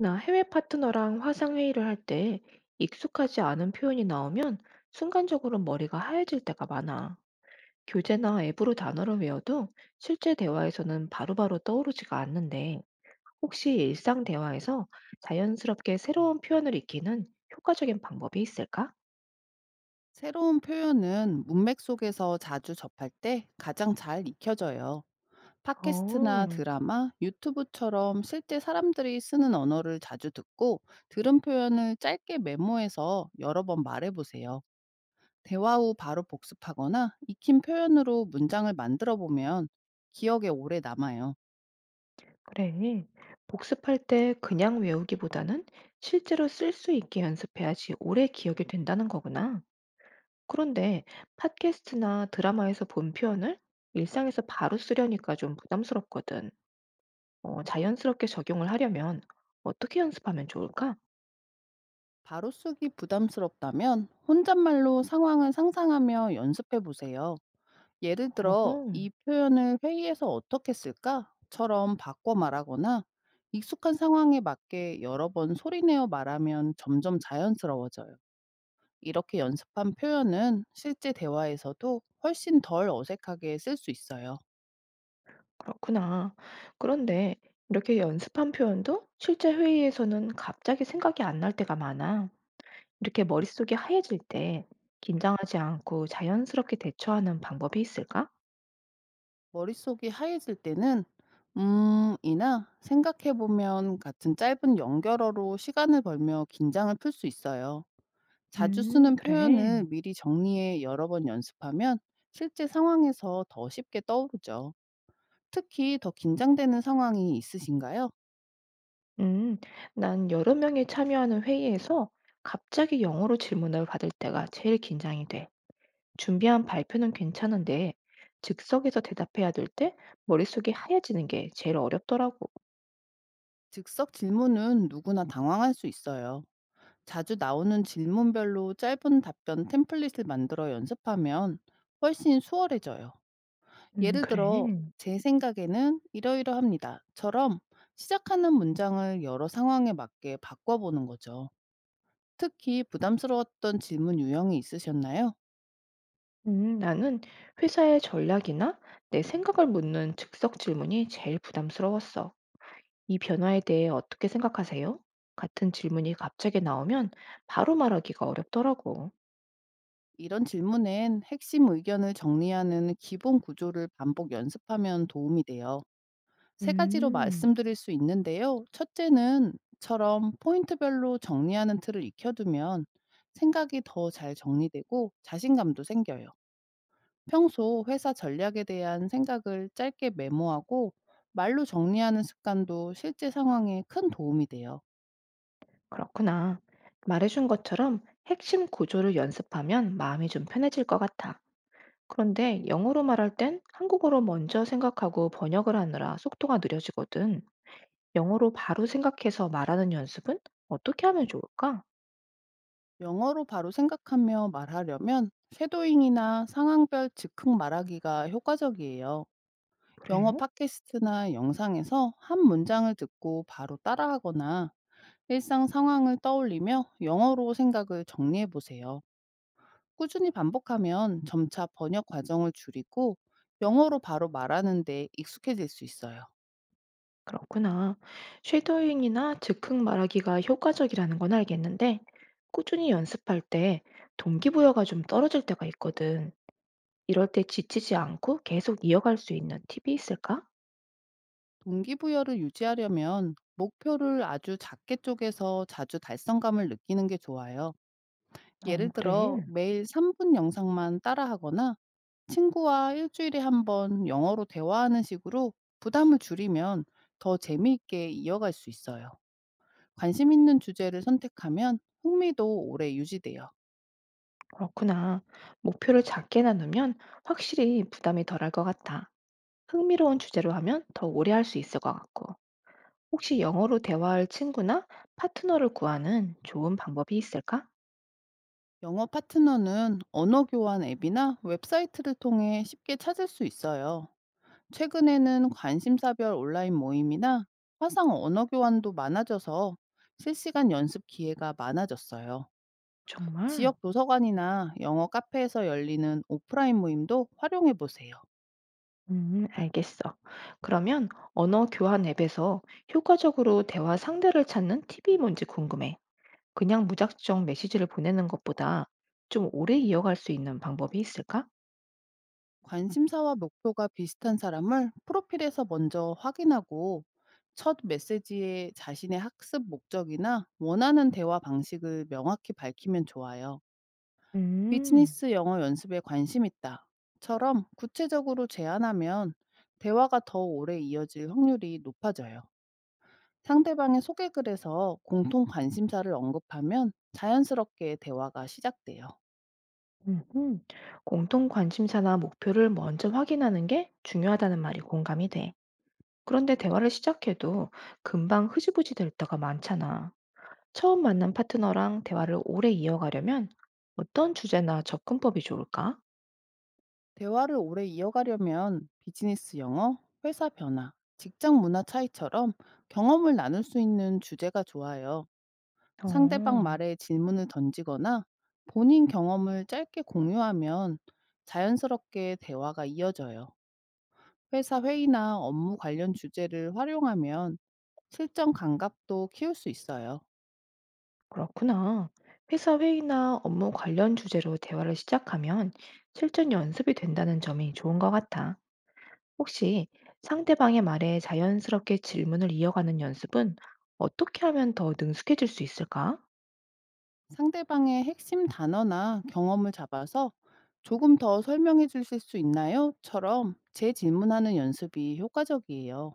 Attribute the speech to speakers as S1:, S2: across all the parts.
S1: 나 해외 파트너랑 화상회의를 할 때 익숙하지 않은 표현이 나오면 순간적으로 머리가 하얘질 때가 많아. 교재나 앱으로 단어를 외워도 실제 대화에서는 바로바로 떠오르지가 않는데 혹시 일상 대화에서 자연스럽게 새로운 표현을 익히는 효과적인 방법이 있을까?
S2: 새로운 표현은 문맥 속에서 자주 접할 때 가장 잘 익혀져요.
S1: 어,
S2: 팟캐스트나 드라마, 유튜브처럼 실제 사람들이 쓰는 언어를 자주 듣고 들은 표현을 짧게 메모해서 여러 번 말해보세요. 대화 후 바로 복습하거나 익힌 표현으로 문장을 만들어 보면 기억에 오래 남아요.
S1: 그래. 복습할 때 그냥 외우기보다는 실제로 쓸 수 있게 연습해야지 오래 기억이 된다는 거구나. 그런데 팟캐스트나 드라마에서 본 표현을 일상에서 바로 쓰려니까 좀 부담스럽거든. 어, 자연스럽게 적용을 하려면 어떻게 연습하면 좋을까?
S2: 바로 쓰기 부담스럽다면 혼잣말로 상황을 상상하며 연습해 보세요. 예를
S1: 어허,
S2: 들어 "이 표현을 회의에서 어떻게 쓸까?"처럼 바꿔 말하거나 익숙한 상황에 맞게 여러 번 소리내어 말하면 점점 자연스러워져요. 이렇게 연습한 표현은 실제 대화에서도 훨씬 덜 어색하게 쓸 수 있어요.
S1: 그렇구나. 그런데 이렇게 연습한 표현도 실제 회의에서는 갑자기 생각이 안 날 때가 많아. 이렇게 머릿속이 하얘질 때 긴장하지 않고 자연스럽게 대처하는 방법이 있을까?
S2: 머릿속이 하얘질 때는 이나 "생각해 보면..." 같은 짧은 연결어로 시간을 벌며 긴장을 풀 수 있어요. 자주 쓰는
S1: 그래.
S2: 표현을 미리 정리해 여러 번 연습하면 실제 상황에서 더 쉽게 떠오르죠. 특히 더 긴장되는 상황이 있으신가요?
S1: 음, 난 여러 명이 참여하는 회의에서 갑자기 영어로 질문을 받을 때가 제일 긴장이 돼. 준비한 발표는 괜찮은데 즉석에서 대답해야 될 때 머릿속이 하얘지는 게 제일 어렵더라고.
S2: 즉석 질문은 누구나 당황할 수 있어요. 자주 나오는 질문별로 짧은 답변 템플릿을 만들어 연습하면 훨씬 수월해져요. 예를
S1: 그래.
S2: 들어, 제 생각에는 이러이러합니다.처럼 시작하는 문장을 여러 상황에 맞게 바꿔보는 거죠. 특히 부담스러웠던 질문 유형이 있으셨나요?
S1: 나는 회사의 전략이나 내 생각을 묻는 즉석 질문이 제일 부담스러웠어. "이 변화에 대해 어떻게 생각하세요?" 같은 질문이 갑자기 나오면 바로 말하기가 어렵더라고.
S2: 이런 질문엔 핵심 의견을 정리하는 기본 구조를 반복 연습하면 도움이 돼요. 세 가지로
S1: 음.
S2: 말씀드릴 수 있는데요. 첫째는 처럼 포인트별로 정리하는 틀을 익혀두면 생각이 더 잘 정리되고 자신감도 생겨요. 평소 회사 전략에 대한 생각을 짧게 메모하고 말로 정리하는 습관도 실제 상황에 큰 도움이 돼요.
S1: 그렇구나. 말해준 것처럼 핵심 구조를 연습하면 마음이 좀 편해질 것 같아. 그런데 영어로 말할 땐 한국어로 먼저 생각하고 번역을 하느라 속도가 느려지거든. 영어로 바로 생각해서 말하는 연습은 어떻게 하면 좋을까?
S2: 영어로 바로 생각하며 말하려면 쉐도잉이나 상황별 즉흥 말하기가 효과적이에요. 영어
S1: 그래?
S2: 팟캐스트나 영상에서 한 문장을 듣고 바로 따라하거나 일상 상황을 떠올리며 영어로 생각을 정리해 보세요. 꾸준히 반복하면 점차 번역 과정을 줄이고 영어로 바로 말하는 데 익숙해질 수 있어요.
S1: 그렇구나. 쉐도잉이나 즉흥 말하기가 효과적이라는 건 알겠는데, 꾸준히 연습할 때 동기부여가 좀 떨어질 때가 있거든. 이럴 때 지치지 않고 계속 이어갈 수 있는 팁이 있을까?
S2: 동기부여를 유지하려면 목표를 아주 작게 쪼개서 자주 달성감을 느끼는 게 좋아요.
S1: 어,
S2: 예를 들어
S1: 그래.
S2: 매일 3분 영상만 따라하거나 친구와 1주일에 한 번 영어로 대화하는 식으로 부담을 줄이면 더 재미있게 이어갈 수 있어요. 관심 있는 주제를 선택하면 흥미도 오래 유지돼요.
S1: 그렇구나. 목표를 작게 나누면 확실히 부담이 덜할 것 같아. 흥미로운 주제로 하면 더 오래 할 수 있을 것 같고. 혹시 영어로 대화할 친구나 파트너를 구하는 좋은 방법이 있을까?
S2: 영어 파트너는 언어 교환 앱이나 웹사이트를 통해 쉽게 찾을 수 있어요. 최근에는 관심사별 온라인 모임이나 화상 언어 교환도 많아져서 실시간 연습 기회가 많아졌어요.
S1: 정말?
S2: 지역 도서관이나 영어 카페에서 열리는 오프라인 모임도 활용해 보세요.
S1: 알겠어. 그러면 언어 교환 앱에서 효과적으로 대화 상대를 찾는 팁이 뭔지 궁금해. 그냥 무작정 메시지를 보내는 것보다 좀 오래 이어갈 수 있는 방법이 있을까?
S2: 관심사와 목표가 비슷한 사람을 프로필에서 먼저 확인하고 첫 메시지에 자신의 학습 목적이나 원하는 대화 방식을 명확히 밝히면 좋아요.
S1: 음.
S2: "비즈니스 영어 연습에 관심 있다."처럼 구체적으로 제안하면 대화가 더 오래 이어질 확률이 높아져요. 상대방의 소개글에서 공통 관심사를 언급하면 자연스럽게 대화가 시작돼요.
S1: 음흠. 공통 관심사나 목표를 먼저 확인하는 게 중요하다는 말이 공감이 돼. 그런데 대화를 시작해도 금방 흐지부지 될 때가 많잖아. 처음 만난 파트너랑 대화를 오래 이어가려면 어떤 주제나 접근법이 좋을까?
S2: 대화를 오래 이어가려면 비즈니스 영어, 회사 변화, 직장 문화 차이처럼 경험을 나눌 수 있는 주제가 좋아요. 상대방
S1: 어,
S2: 말에 질문을 던지거나 본인 경험을 짧게 공유하면 자연스럽게 대화가 이어져요. 회사 회의나 업무 관련 주제를 활용하면 실전 감각도 키울 수 있어요.
S1: 그렇구나. 회사 회의나 업무 관련 주제로 대화를 시작하면 실전 연습이 된다는 점이 좋은 것 같아. 혹시 상대방의 말에 자연스럽게 질문을 이어가는 연습은 어떻게 하면 더 능숙해질 수 있을까?
S2: 상대방의 핵심 단어나 경험을 잡아서 조금 더 설명해 주실 수 있나요? 처럼 재질문하는 연습이 효과적이에요.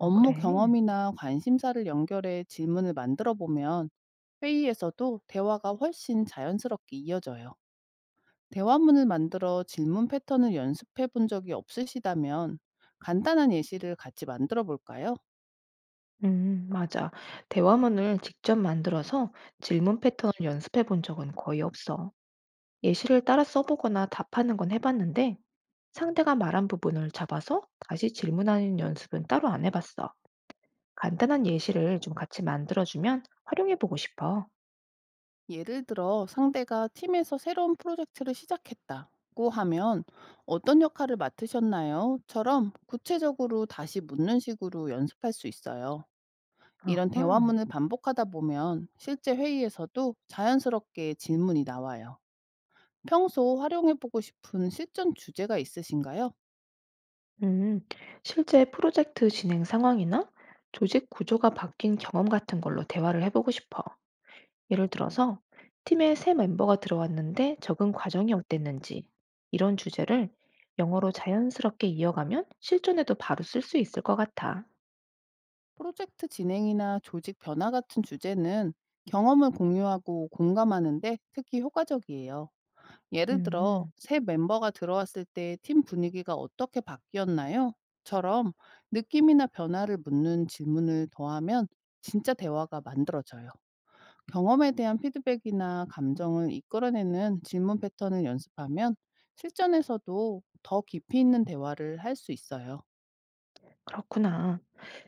S1: 어, 그래.
S2: 경험이나 관심사를 연결해 질문을 만들어 보면 회의에서도 대화가 훨씬 자연스럽게 이어져요. 대화문을 만들어 질문 패턴을 연습해 본 적이 없으시다면 간단한 예시를 같이 만들어 볼까요?
S1: 맞아. 대화문을 직접 만들어서 질문 패턴을 연습해 본 적은 거의 없어. 예시를 따라 써보거나 답하는 건 해봤는데 상대가 말한 부분을 잡아서 다시 질문하는 연습은 따로 안 해봤어. 간단한 예시를 좀 같이 만들어주면 활용해 보고 싶어.
S2: 예를 들어 상대가 팀에서 새로운 프로젝트를 시작했다고 하면 어떤 역할을 맡으셨나요? 처럼 구체적으로 다시 묻는 식으로 연습할 수 있어요. 이런
S1: 아하.
S2: 대화문을 반복하다 보면 실제 회의에서도 자연스럽게 질문이 나와요. 평소 활용해보고 싶은 실전 주제가 있으신가요?
S1: 음, 실제 프로젝트 진행 상황이나 조직 구조가 바뀐 경험 같은 걸로 대화를 해보고 싶어. 예를 들어서, 팀에 새 멤버가 들어왔는데 적응 과정이 어땠는지, 이런 주제를 영어로 자연스럽게 이어가면 실전에도 바로 쓸 수 있을 것 같아.
S2: 프로젝트 진행이나 조직 변화 같은 주제는 경험을 공유하고 공감하는데 특히 효과적이에요. 예를 들어
S1: 음,
S2: "새 멤버가 들어왔을 때 팀 분위기가 어떻게 바뀌었나요?" 처럼 느낌이나 변화를 묻는 질문을 더하면 진짜 대화가 만들어져요. 경험에 대한 피드백이나 감정을 이끌어내는 질문 패턴을 연습하면 실전에서도 더 깊이 있는 대화를 할 수 있어요.
S1: 그렇구나.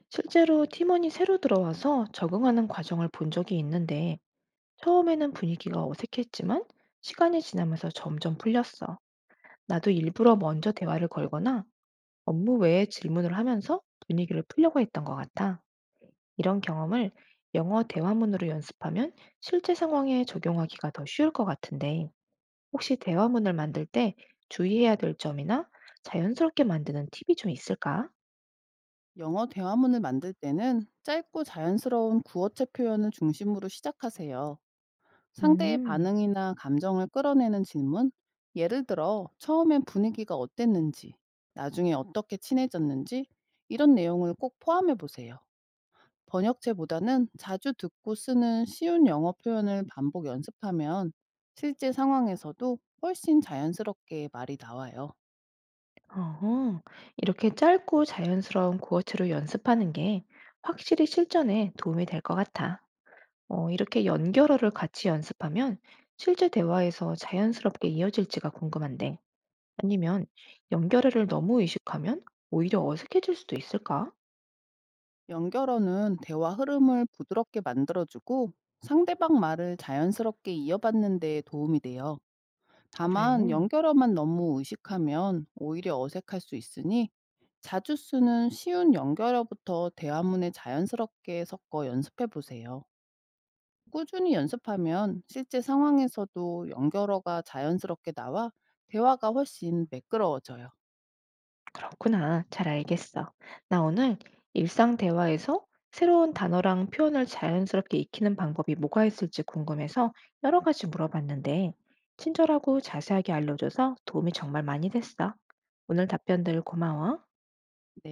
S1: 실제로 팀원이 새로 들어와서 적응하는 과정을 본 적이 있는데, 처음에는 분위기가 어색했지만, 시간이 지나면서 점점 풀렸어. 나도 일부러 먼저 대화를 걸거나 업무 외에 질문을 하면서 분위기를 풀려고 했던 것 같아. 이런 경험을 영어 대화문으로 연습하면 실제 상황에 적용하기가 더 쉬울 것 같은데, 혹시 대화문을 만들 때 주의해야 될 점이나 자연스럽게 만드는 팁이 좀 있을까?
S2: 영어 대화문을 만들 때는 짧고 자연스러운 구어체 표현을 중심으로 시작하세요. 상대의
S1: 음,
S2: 반응이나 감정을 끌어내는 질문? 예를 들어, 처음엔 분위기가 어땠는지, 나중에 어떻게 친해졌는지, 이런 내용을 꼭 포함해 보세요. 번역체보다는 자주 듣고 쓰는 쉬운 영어 표현을 반복 연습하면 실제 상황에서도 훨씬 자연스럽게 말이 나와요.
S1: 어허, 이렇게 짧고 자연스러운 구어체로 연습하는 게 확실히 실전에 도움이 될 것 같아. 어, 이렇게 연결어를 같이 연습하면 실제 대화에서 자연스럽게 이어질지가 궁금한데. 아니면 연결어를 너무 의식하면 오히려 어색해질 수도 있을까?
S2: 연결어는 대화 흐름을 부드럽게 만들어주고 상대방 말을 자연스럽게 이어받는 데 도움이 돼요.
S1: 그래.
S2: 다만 연결어만 너무 의식하면 오히려 어색할 수 있으니 자주 쓰는 쉬운 연결어부터 대화문에 자연스럽게 섞어 연습해 보세요. 꾸준히 연습하면 실제 상황에서도 연결어가 자연스럽게 나와 대화가 훨씬 매끄러워져요.
S1: 그렇구나. 잘 알겠어. 나 오늘 일상 대화에서 새로운 단어랑 표현을 자연스럽게 익히는 방법이 뭐가 있을지 궁금해서 여러 가지 물어봤는데, 친절하고 자세하게 알려줘서 도움이 정말 많이 됐어. 오늘 답변들 고마워.
S2: 네.